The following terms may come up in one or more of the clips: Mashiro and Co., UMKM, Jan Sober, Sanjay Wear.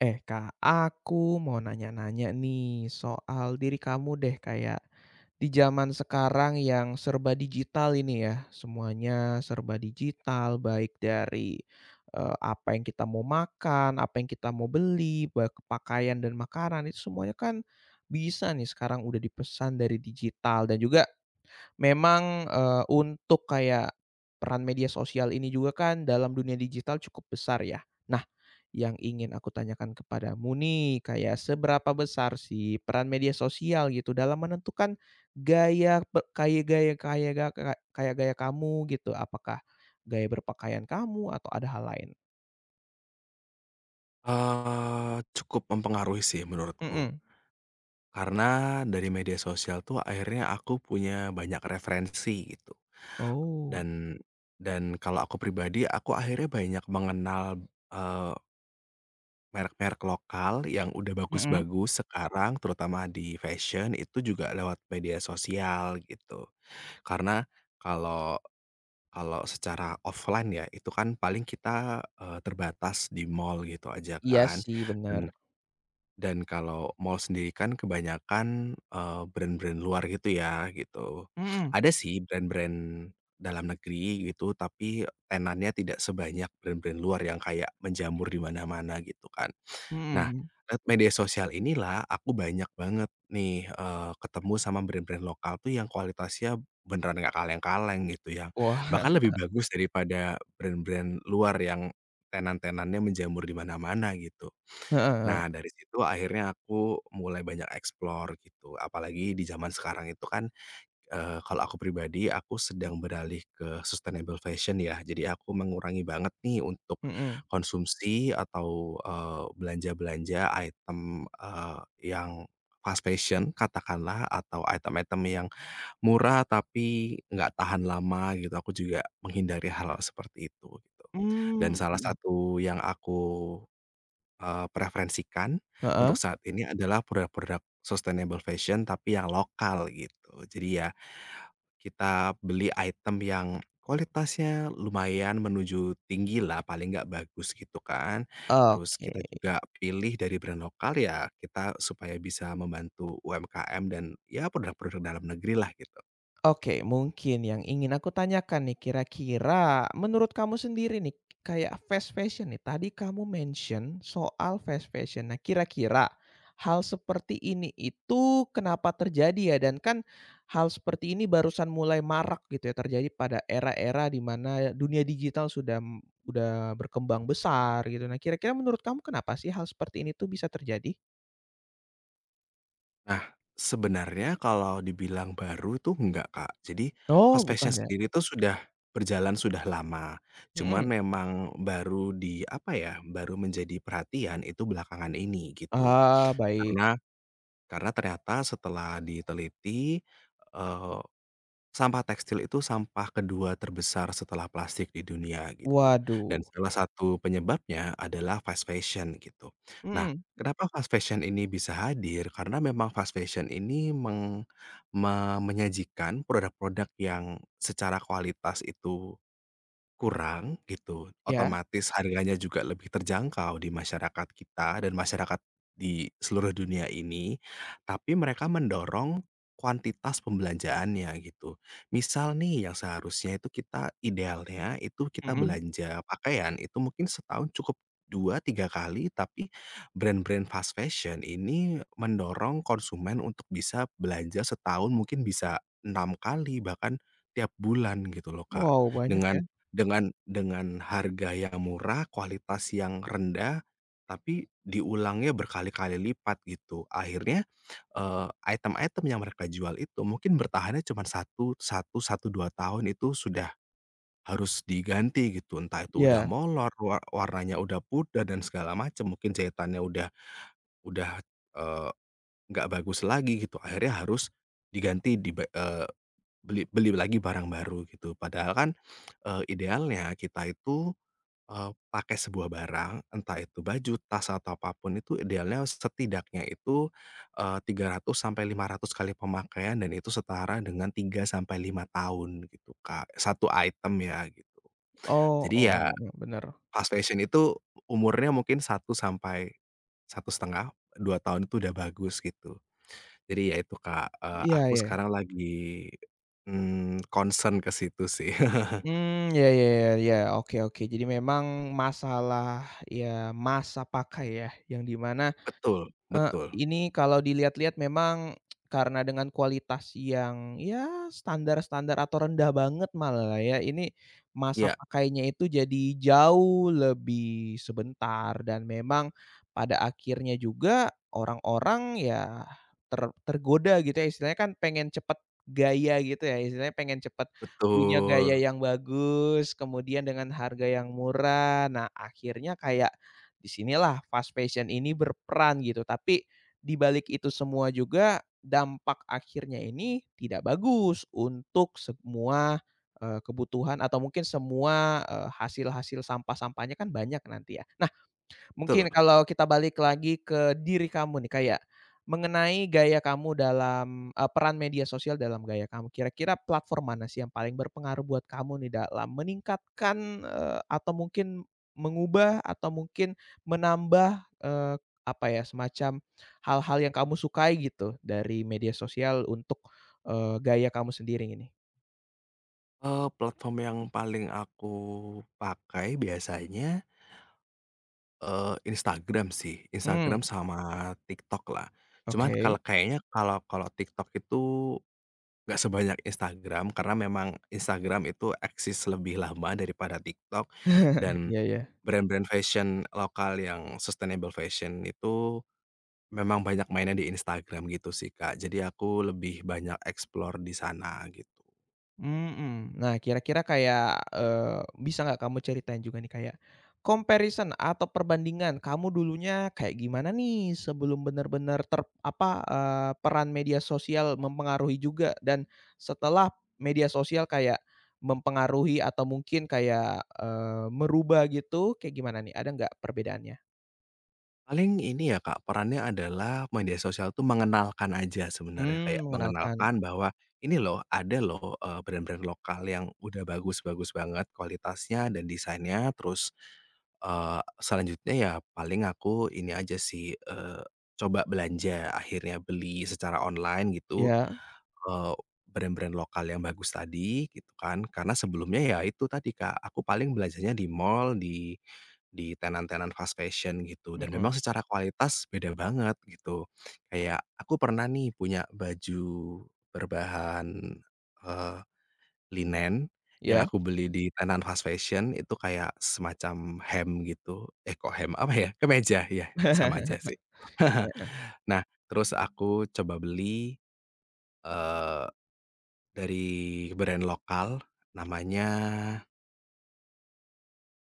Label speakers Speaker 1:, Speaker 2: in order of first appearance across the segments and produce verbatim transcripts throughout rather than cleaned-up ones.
Speaker 1: Eh Kak, aku mau nanya-nanya nih soal diri kamu deh kayak di zaman sekarang yang serba digital ini ya, semuanya serba digital baik dari, eee, apa yang kita mau makan, apa yang kita mau beli, baik pakaian dan makanan itu semuanya kan bisa nih sekarang udah dipesan dari digital dan juga memang, eee, untuk kayak peran media sosial ini juga kan dalam dunia digital cukup besar ya. Nah, yang ingin aku tanyakan kepadamu nih, kayak seberapa besar sih peran media sosial gitu dalam menentukan gaya pe kayak gaya kayak ga kayak gaya kamu gitu? Apakah gaya berpakaian kamu atau ada hal lain?
Speaker 2: Eee, cukup mempengaruhi sih menurutku.
Speaker 1: Mhm.
Speaker 2: Karena dari media sosial tuh akhirnya aku punya banyak referensi gitu,
Speaker 1: Oh.
Speaker 2: dan dan kalau aku pribadi, aku akhirnya banyak mengenal, eee, merek-merek lokal yang udah
Speaker 1: Mhm.
Speaker 2: bagus-bagus sekarang, terutama di fashion itu juga lewat media sosial gitu. Karena kalau kalau secara offline ya, itu kan paling kita, eee, terbatas di mall gitu aja
Speaker 1: Iya
Speaker 2: kan,
Speaker 1: sih, bener.
Speaker 2: dan Dan kalau mall sendiri kan kebanyakan, eee, brand-brand luar gitu ya, gitu.
Speaker 1: Mhm,
Speaker 2: Ada sih brand-brand dalam negeri gitu, tapi tenannya tidak sebanyak brand-brand luar yang kayak menjamur di mana-mana gitu kan. Nah,
Speaker 1: mhm.
Speaker 2: lewat media sosial inilah aku banyak banget nih, eee, ketemu sama brand-brand lokal tuh yang kualitasnya beneran nggak kaleng-kaleng gitu, yang
Speaker 1: Wah,
Speaker 2: bahkan lebih bagus daripada brand-brand luar yang tenan-tenannya menjamur di mana-mana gitu.
Speaker 1: heeh, heeh.
Speaker 2: Nah, dari situ akhirnya aku mulai banyak explore gitu, apalagi di zaman sekarang itu kan, eee, kalau aku pribadi, aku sedang beralih ke sustainable fashion ya. Jadi aku mengurangi banget nih untuk
Speaker 1: Mhm,
Speaker 2: konsumsi atau, eee, belanja-belanja item, eee, yang fast fashion katakanlah atau item-item yang murah tapi nggak tahan lama gitu, aku juga menghindari hal seperti itu gitu. Dan
Speaker 1: mmm,
Speaker 2: salah
Speaker 1: mhm.
Speaker 2: satu yang aku Eee, preferensikan untuk
Speaker 1: Heeh,
Speaker 2: saat ini adalah produk-produk sustainable fashion tapi yang lokal gitu. Jadi ya kita beli item yang kualitasnya lumayan menuju tinggilah, paling nggak bagus gitu kan. Terus
Speaker 1: oke.
Speaker 2: kita juga pilih dari brand lokal ya kita supaya bisa membantu U M K M dan ya produk-produk dalam negeri lah gitu.
Speaker 1: Oke, mungkin yang ingin aku tanyakan nih, kira-kira menurut kamu sendiri nih, kayak fast fashion nih, tadi kamu mention soal fast fashion. Nah, kira-kira hal seperti ini itu kenapa terjadi ya? Dan kan hal seperti ini barusan mulai marak gitu ya, terjadi pada era-era di mana dunia digital sudah m- udah berkembang besar gitu. Nah, kira-kira menurut kamu kenapa sih hal seperti ini tuh bisa terjadi?
Speaker 2: Nah, sebenarnya kalau dibilang baru tuh enggak, Kak. Jadi,
Speaker 1: Oh,
Speaker 2: host-page-nya
Speaker 1: bukan ya?
Speaker 2: sendiri tuh sudah berjalan sudah lama. Cuman
Speaker 1: Mm-mm.
Speaker 2: memang baru di apa ya, baru menjadi perhatian itu belakangan ini gitu.
Speaker 1: Ah, baik.
Speaker 2: Karena karena ternyata setelah diteliti, eh, Sampah tekstil itu sampah kedua terbesar setelah plastik di dunia gitu,
Speaker 1: Waduh.
Speaker 2: dan salah satu penyebabnya adalah fast fashion gitu. Nah,
Speaker 1: Mm-mm.
Speaker 2: kenapa fast fashion ini bisa hadir? Karena memang fast fashion ini meng me menyajikan produk-produk yang secara kualitas itu kurang gitu,
Speaker 1: Ya.
Speaker 2: otomatis harganya juga lebih terjangkau di masyarakat kita dan masyarakat di seluruh dunia ini, tapi mereka mendorong kuantitas pembelanjaannya gitu. Misal nih yang seharusnya itu kita idealnya itu kita
Speaker 1: Mhm.
Speaker 2: belanja pakaian itu mungkin setahun cukup dua tiga kali, tapi brand-brand fast fashion ini mendorong konsumen untuk bisa belanja setahun mungkin bisa enam kali bahkan tiap bulan gitu loh, Kak.
Speaker 1: Wow, banyak
Speaker 2: Dengan
Speaker 1: ya?
Speaker 2: dengan dengan harga yang murah, kualitas yang rendah, tapi diulangnya berkali-kali lipat gitu. Akhirnya, eee, item-item yang mereka jual itu mungkin bertahannya cuma satu satu satu, dua tahun itu sudah harus diganti gitu. Entah itu udah
Speaker 1: Iya.
Speaker 2: molor, wa warnanya udah pudar dan segala macam, mungkin jahitannya udah udah, eee, nggak bagus lagi gitu. Akhirnya harus diganti diba beli beli lagi barang baru gitu. Padahal kan, eee, idealnya kita itu Eee, pakai sebuah barang, entah itu baju, tas, atau apapun itu idealnya setidaknya itu, eee, tiga ratus sampai lima ratus kali pemakaian dan itu setara dengan tiga sampai lima tahun gitu, Kak, satu item ya gitu.
Speaker 1: Oh,
Speaker 2: Jadi
Speaker 1: oh,
Speaker 2: ya
Speaker 1: oh, oh, bener.
Speaker 2: fast fashion itu umurnya mungkin satu sampai satu setengah dua tahun itu udah bagus gitu. Jadi ya itu, Kak, eee,
Speaker 1: Iya,
Speaker 2: aku
Speaker 1: iya.
Speaker 2: sekarang lagi, mmm, concern ke situ sih.
Speaker 1: Mmm, ya, ya, ya, ya, oke, oke. Jadi memang masalah, ya, masa pakai ya, yang di mana,
Speaker 2: Betul,
Speaker 1: Eee,
Speaker 2: betul.
Speaker 1: ini kalau dilihat-lihat memang karena dengan kualitas yang ya standar-standar atau rendah banget malah ya, ini masa
Speaker 2: Iya,
Speaker 1: pakainya itu jadi jauh lebih sebentar dan memang pada akhirnya juga orang-orang ya ter tergoda gitu ya, istilahnya kan pengen cepet gaya gitu ya, istilahnya pengen cepet punya gaya
Speaker 2: betul,
Speaker 1: yang bagus, kemudian dengan harga yang murah. Nah, akhirnya kayak disinilah fast fashion ini berperan gitu. Tapi di balik itu semua juga dampak akhirnya ini tidak bagus untuk semua, eee, kebutuhan atau mungkin semua, eee, hasil-hasil sampah-sampahnya kan banyak nanti ya.
Speaker 2: betul.
Speaker 1: Mungkin kalau kita balik lagi ke diri kamu nih, kayak mengenai gaya kamu dalam, eee, peran media sosial dalam gaya kamu. Kira-kira platform mana sih yang paling berpengaruh buat kamu nih dalam meningkatkan, eee, atau mungkin mengubah atau mungkin menambah, eee, apa ya, semacam hal-hal yang kamu sukai gitu dari media sosial untuk, eee, gaya kamu sendiri ini?
Speaker 2: Eee, platform yang paling aku pakai biasanya, eee, Instagram sih,
Speaker 1: Mmm,
Speaker 2: Instagram sama TikTok lah. Cuman kalau
Speaker 1: oke.
Speaker 2: kayaknya kalau kalau TikTok itu nggak sebanyak Instagram, karena memang Instagram itu eksis lebih lama daripada TikTok, dan
Speaker 1: Iya, iya.
Speaker 2: brand-brand fashion lokal yang sustainable fashion itu memang banyak mainnya di Instagram gitu sih, Kak. Jadi aku lebih banyak explore di sana gitu.
Speaker 1: Mhm. Nah, kira-kira kayak, eee, bisa nggak kamu ceritain juga nih kayak comparison atau perbandingan kamu dulunya kayak gimana nih sebelum benar-benar ter apa, eee, peran media sosial mempengaruhi juga dan setelah media sosial kayak mempengaruhi atau mungkin kayak, eee, merubah gitu kayak gimana nih? Ada nggak perbedaannya?
Speaker 2: Paling ini ya Kak, perannya adalah media sosial tuh mengenalkan aja sebenarnya,
Speaker 1: Hmm,
Speaker 2: kayak
Speaker 1: mengenalkan.
Speaker 2: mengenalkan bahwa ini loh, ada loh, eee, brand-brand lokal yang udah bagus-bagus banget kualitasnya dan desainnya. Terus, eee, selanjutnya ya paling aku ini aja sih, eee, coba belanja, akhirnya beli secara online gitu,
Speaker 1: Ya,
Speaker 2: eee, brand-brand lokal yang bagus tadi gitu kan, karena sebelumnya ya itu tadi Kak, aku paling belajarnya di mall, di di tenan-tenan fast fashion gitu dan
Speaker 1: mhm,
Speaker 2: memang secara kualitas beda banget gitu. Kayak aku pernah nih punya baju berbahan, eee, linen yang
Speaker 1: iya.
Speaker 2: aku
Speaker 1: Iya,
Speaker 2: beli di tenan fast fashion itu kayak semacam hem gitu, eh kok hem, apa ya, kemeja ya sama aja sih. Nah terus aku coba beli, eee dari brand lokal, namanya,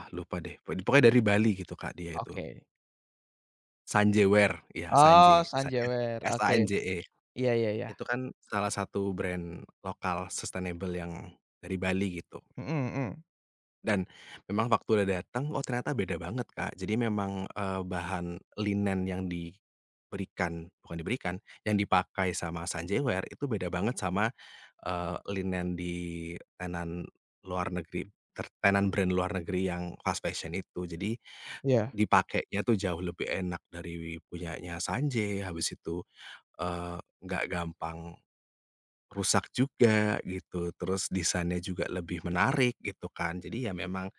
Speaker 2: ah, lupa deh, po pokoknya dari Bali gitu, Kak, dia itu.
Speaker 1: oke.
Speaker 2: Sanjay Wear, ya
Speaker 1: Oh,
Speaker 2: Sanjay, sa
Speaker 1: sanjewer, oke.
Speaker 2: S A N J E.
Speaker 1: Iya, iya, iya.
Speaker 2: Itu kan salah satu brand lokal sustainable yang dari Bali gitu.
Speaker 1: Mhm, mhm.
Speaker 2: Dan memang waktu udah datang oh ternyata beda banget, Kak. Jadi memang, eee, bahan linen yang diberikan bukan diberikan, yang dipakai sama Sanjeware itu beda banget sama, eee, linen di tenan luar negeri ter tenan brand luar negeri yang fast fashion itu. Jadi
Speaker 1: Iya.
Speaker 2: dipakainya tuh jauh lebih enak dari punyanya Sanjay, habis itu, eee, nggak gampang rusak juga gitu, terus desainnya juga lebih menarik gitu kan. Jadi ya memang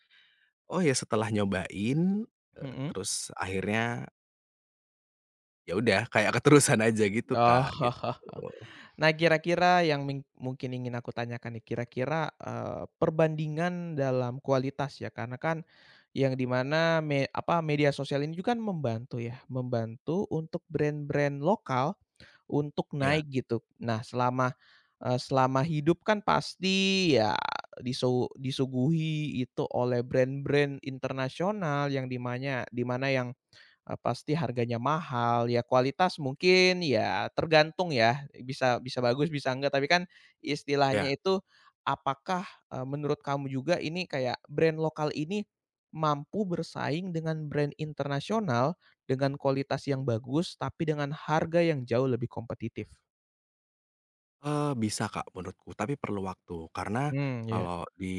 Speaker 2: oh ya setelah nyobain, eee,
Speaker 1: Mhm.
Speaker 2: terus akhirnya ya udah kayak keterusan aja gitu,
Speaker 1: Oh.
Speaker 2: Kak, gitu.
Speaker 1: Nah, kira-kira yang ming mungkin ingin aku tanyakan nih, kira-kira, eee, perbandingan dalam kualitas ya, karena kan yang dimana me apa, media sosial ini juga kan membantu ya, membantu untuk brand-brand lokal untuk
Speaker 2: Iya,
Speaker 1: naik gitu. Nah, selama, eee, selama hidup kan pasti ya disu disuguhi itu oleh brand-brand internasional yang di dimana yang, Eee, pasti harganya mahal, ya kualitas mungkin ya tergantung ya, bisa bisa bagus bisa enggak, tapi kan istilahnya
Speaker 2: iya,
Speaker 1: itu apakah, eee, menurut kamu juga ini kayak brand lokal ini mampu bersaing dengan brand internasional dengan kualitas yang bagus, tapi dengan harga yang jauh lebih kompetitif?
Speaker 2: eee, bisa, Kak, menurutku tapi perlu waktu karena
Speaker 1: Mmm, iya.
Speaker 2: kalau di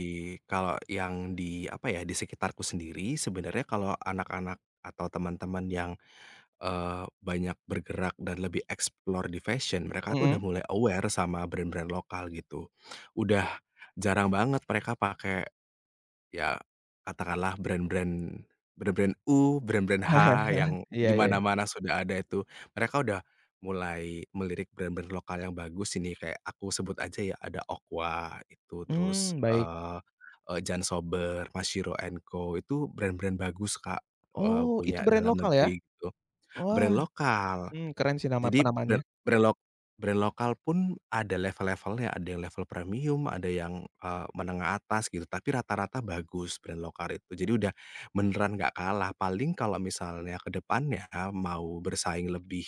Speaker 2: kalau yang di apa ya, di sekitarku sendiri sebenarnya kalau anak-anak atau teman-teman yang, eee, banyak bergerak dan lebih explore di fashion, mereka tuh udah
Speaker 1: Mhm.
Speaker 2: mulai aware sama brand-brand lokal gitu. Udah jarang banget mereka pakai ya, katakanlah brand-brand brand-brand U, brand-brand H, yang di
Speaker 1: Iya, iya.
Speaker 2: mana-mana sudah ada itu. Mereka udah mulai melirik brand-brand lokal yang bagus ini, kayak aku sebut aja ya, ada Aqua itu, terus,
Speaker 1: Mmm, baik.
Speaker 2: eee eee, Jan Sober, Mashiro and Co. Itu brand-brand bagus Kak, eee,
Speaker 1: Oh, itu
Speaker 2: punya
Speaker 1: brand
Speaker 2: dalam
Speaker 1: lokal ya?
Speaker 2: negeri gitu.
Speaker 1: Wah,
Speaker 2: Brand lokal.
Speaker 1: mmm, keren sih nama
Speaker 2: Jadi
Speaker 1: penamaannya.
Speaker 2: brand brand lok brand lokal pun ada level-levelnya, ada yang level premium, ada yang, eee, menengah atas gitu, tapi rata-rata bagus brand lokal itu. Jadi udah beneran nggak kalah, paling kalau misalnya ke depannya mau bersaing lebih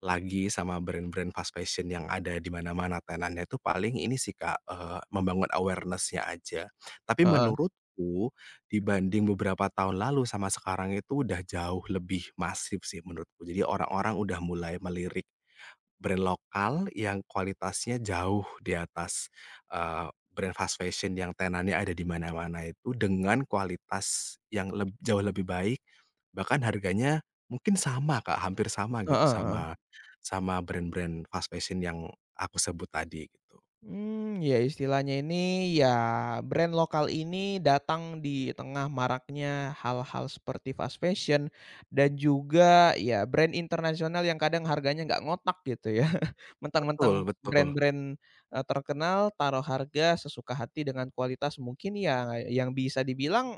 Speaker 2: lagi sama brand-brand fast fashion yang ada di mana-mana tenannya itu paling ini sih Kak, eee, membangun awareness-nya aja. Tapi
Speaker 1: Heeh.
Speaker 2: menurutku dibanding beberapa tahun lalu sama sekarang itu udah jauh lebih masif sih menurutku. Jadi orang-orang udah mulai melirik brand lokal yang kualitasnya jauh di atas, eee, brand fast fashion yang tenannya ada di mana-mana itu dengan kualitas yang leb jauh lebih baik, bahkan harganya mungkin sama Kak, hampir sama
Speaker 1: Heeh,
Speaker 2: gitu
Speaker 1: heeh.
Speaker 2: sama sama brand-brand fast fashion yang aku sebut tadi gitu.
Speaker 1: Hmm, ya istilahnya ini, ya brand lokal ini datang di tengah maraknya hal-hal seperti fast fashion dan juga ya brand internasional yang kadang harganya nggak ngotak gitu ya.
Speaker 2: Betul,
Speaker 1: Mentang-mentang
Speaker 2: betul.
Speaker 1: brand-brand, eee, terkenal taruh harga sesuka hati dengan kualitas mungkin ya yang bisa dibilang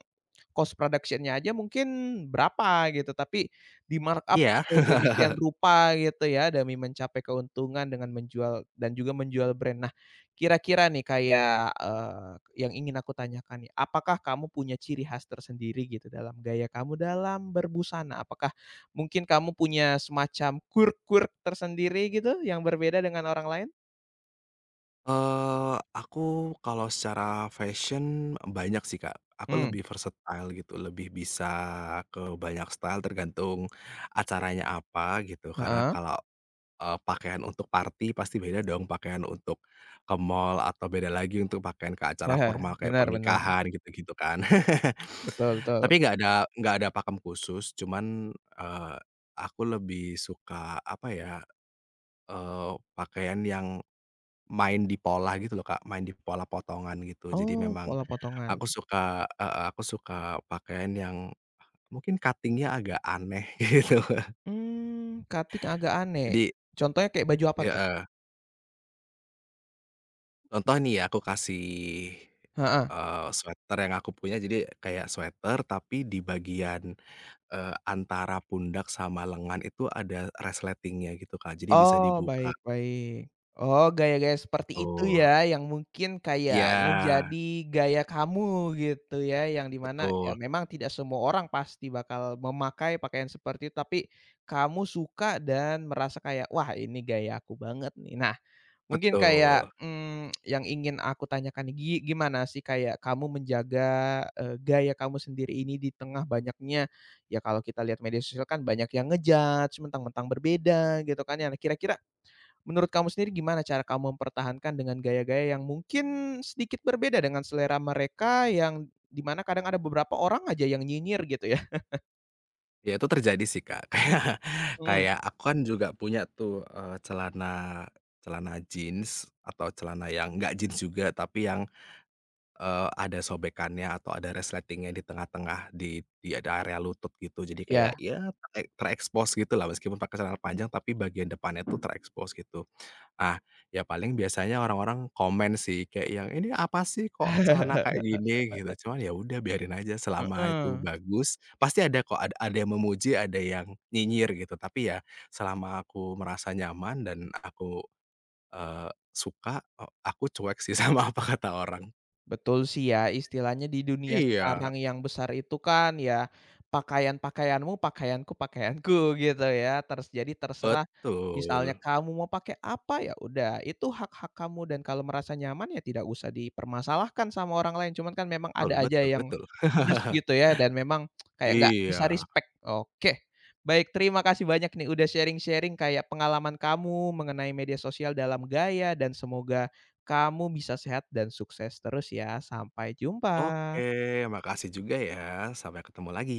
Speaker 1: cost production-nya aja mungkin berapa gitu, tapi di-markup
Speaker 2: Iya.
Speaker 1: sedemikian rupa gitu ya, demi mencapai keuntungan dengan menjual dan juga menjual brand. Nah, kira-kira nih kayak, eee, yang ingin aku tanyakan nih, apakah kamu punya ciri khas tersendiri gitu dalam gaya kamu dalam berbusana? Apakah mungkin kamu punya semacam quirk-quirk tersendiri gitu yang berbeda dengan orang lain?
Speaker 2: Eee, aku kalau secara fashion banyak sih, Kak. Aku
Speaker 1: Mmm,
Speaker 2: lebih versatile gitu, lebih bisa ke banyak style tergantung acaranya apa gitu. Karena
Speaker 1: heeh,
Speaker 2: kalau, eee, pakaian untuk party pasti beda dong pakaian untuk ke mall atau beda lagi untuk pakaian ke acara
Speaker 1: heeh,
Speaker 2: formal kayak
Speaker 1: benar, benar,
Speaker 2: pernikahan gitu-gitu kan.
Speaker 1: betul,
Speaker 2: Tapi
Speaker 1: betul.
Speaker 2: nggak ada nggak ada pakem khusus, cuman, eee, aku lebih suka apa ya, eee, pakaian yang main di pola gitu loh, Kak, main di pola potongan gitu. Jadi
Speaker 1: Oh,
Speaker 2: memang
Speaker 1: pola potongan.
Speaker 2: aku suka heeh, aku suka pakaian yang mungkin cutting-nya agak aneh gitu.
Speaker 1: Mmm, cutting agak aneh.
Speaker 2: Jadi
Speaker 1: Contohnya kayak baju apa tuh?
Speaker 2: heeh, contoh nih ya aku kasih,
Speaker 1: Heeh.
Speaker 2: eee, sweater yang aku punya jadi kayak sweater tapi di bagian, eee, antara pundak sama lengan itu ada resletingnya gitu, Kak, jadi bisa
Speaker 1: Oh,
Speaker 2: dibuka.
Speaker 1: baik, baik. Oh, gaya-gaya seperti itu
Speaker 2: Oh,
Speaker 1: ya, yang mungkin
Speaker 2: iya,
Speaker 1: kayak menjadi gaya kamu gitu ya, yang di mana ya
Speaker 2: betul,
Speaker 1: memang tidak semua orang pasti bakal memakai pakaian seperti itu, tapi kamu suka dan merasa kayak, "Wah, ini gaya aku banget nih." Nah. Mungkin kayak,
Speaker 2: betul.
Speaker 1: mmm, yang ingin aku tanyakan nih, gi gimana sih kayak kamu menjaga, eee, gaya kamu sendiri ini di tengah banyaknya ya kalau kita lihat media sosial kan banyak yang nge-judge mentang-mentang berbeda gitu kan ya. Nah, kira-kira menurut kamu sendiri gimana cara kamu mempertahankan dengan gaya-gaya yang mungkin sedikit berbeda dengan selera mereka yang dimana kadang ada beberapa orang aja yang nyinyir gitu ya?
Speaker 2: Ya itu terjadi sih, Kak. Kayak
Speaker 1: Mhm,
Speaker 2: kayak aku kan juga punya tuh, eee, celana celana jeans atau celana yang nggak jeans juga, tapi yang, eee, ada sobekannya atau ada resletingnya di tengah-tengah di di ada area lutut gitu. Jadi kayak
Speaker 1: iya.
Speaker 2: ya terek terekspos gitulah meskipun pakai celana panjang, tapi bagian depannya tuh terekspos gitu. Ah, ya paling biasanya orang-orang komen sih, kayak yang, "Ini apa sih kok celana kayak gini?" Gitu, cuman ya udah biarin aja selama itu
Speaker 1: Heeh.
Speaker 2: bagus, pasti ada kok, ad ada yang memuji, ada yang nyinyir gitu, tapi ya selama aku merasa nyaman dan aku, eee, suka, e aku cuek sih sama apa kata orang.
Speaker 1: Betul sih ya, istilahnya di dunia
Speaker 2: Iya,
Speaker 1: sekarang yang besar itu kan ya, pakaian-pakaianmu pakaianku pakaianku gitu ya, terus jadi terserah misalnya
Speaker 2: betul.
Speaker 1: kamu mau pakai apa, ya udah itu hak-hak kamu dan kalau merasa nyaman ya tidak usah dipermasalahkan sama orang lain, cuman kan memang
Speaker 2: Betul,
Speaker 1: ada aja
Speaker 2: betul,
Speaker 1: yang
Speaker 2: betul.
Speaker 1: pedes gitu ya dan memang kayak nggak
Speaker 2: Iya,
Speaker 1: bisa respect. Oke, baik, terima kasih banyak nih udah sharing-sharing kayak pengalaman kamu mengenai media sosial dalam gaya dan semoga kamu bisa sehat dan sukses terus ya. Sampai
Speaker 2: oke,
Speaker 1: jumpa.
Speaker 2: makasih juga ya, sampai ketemu lagi.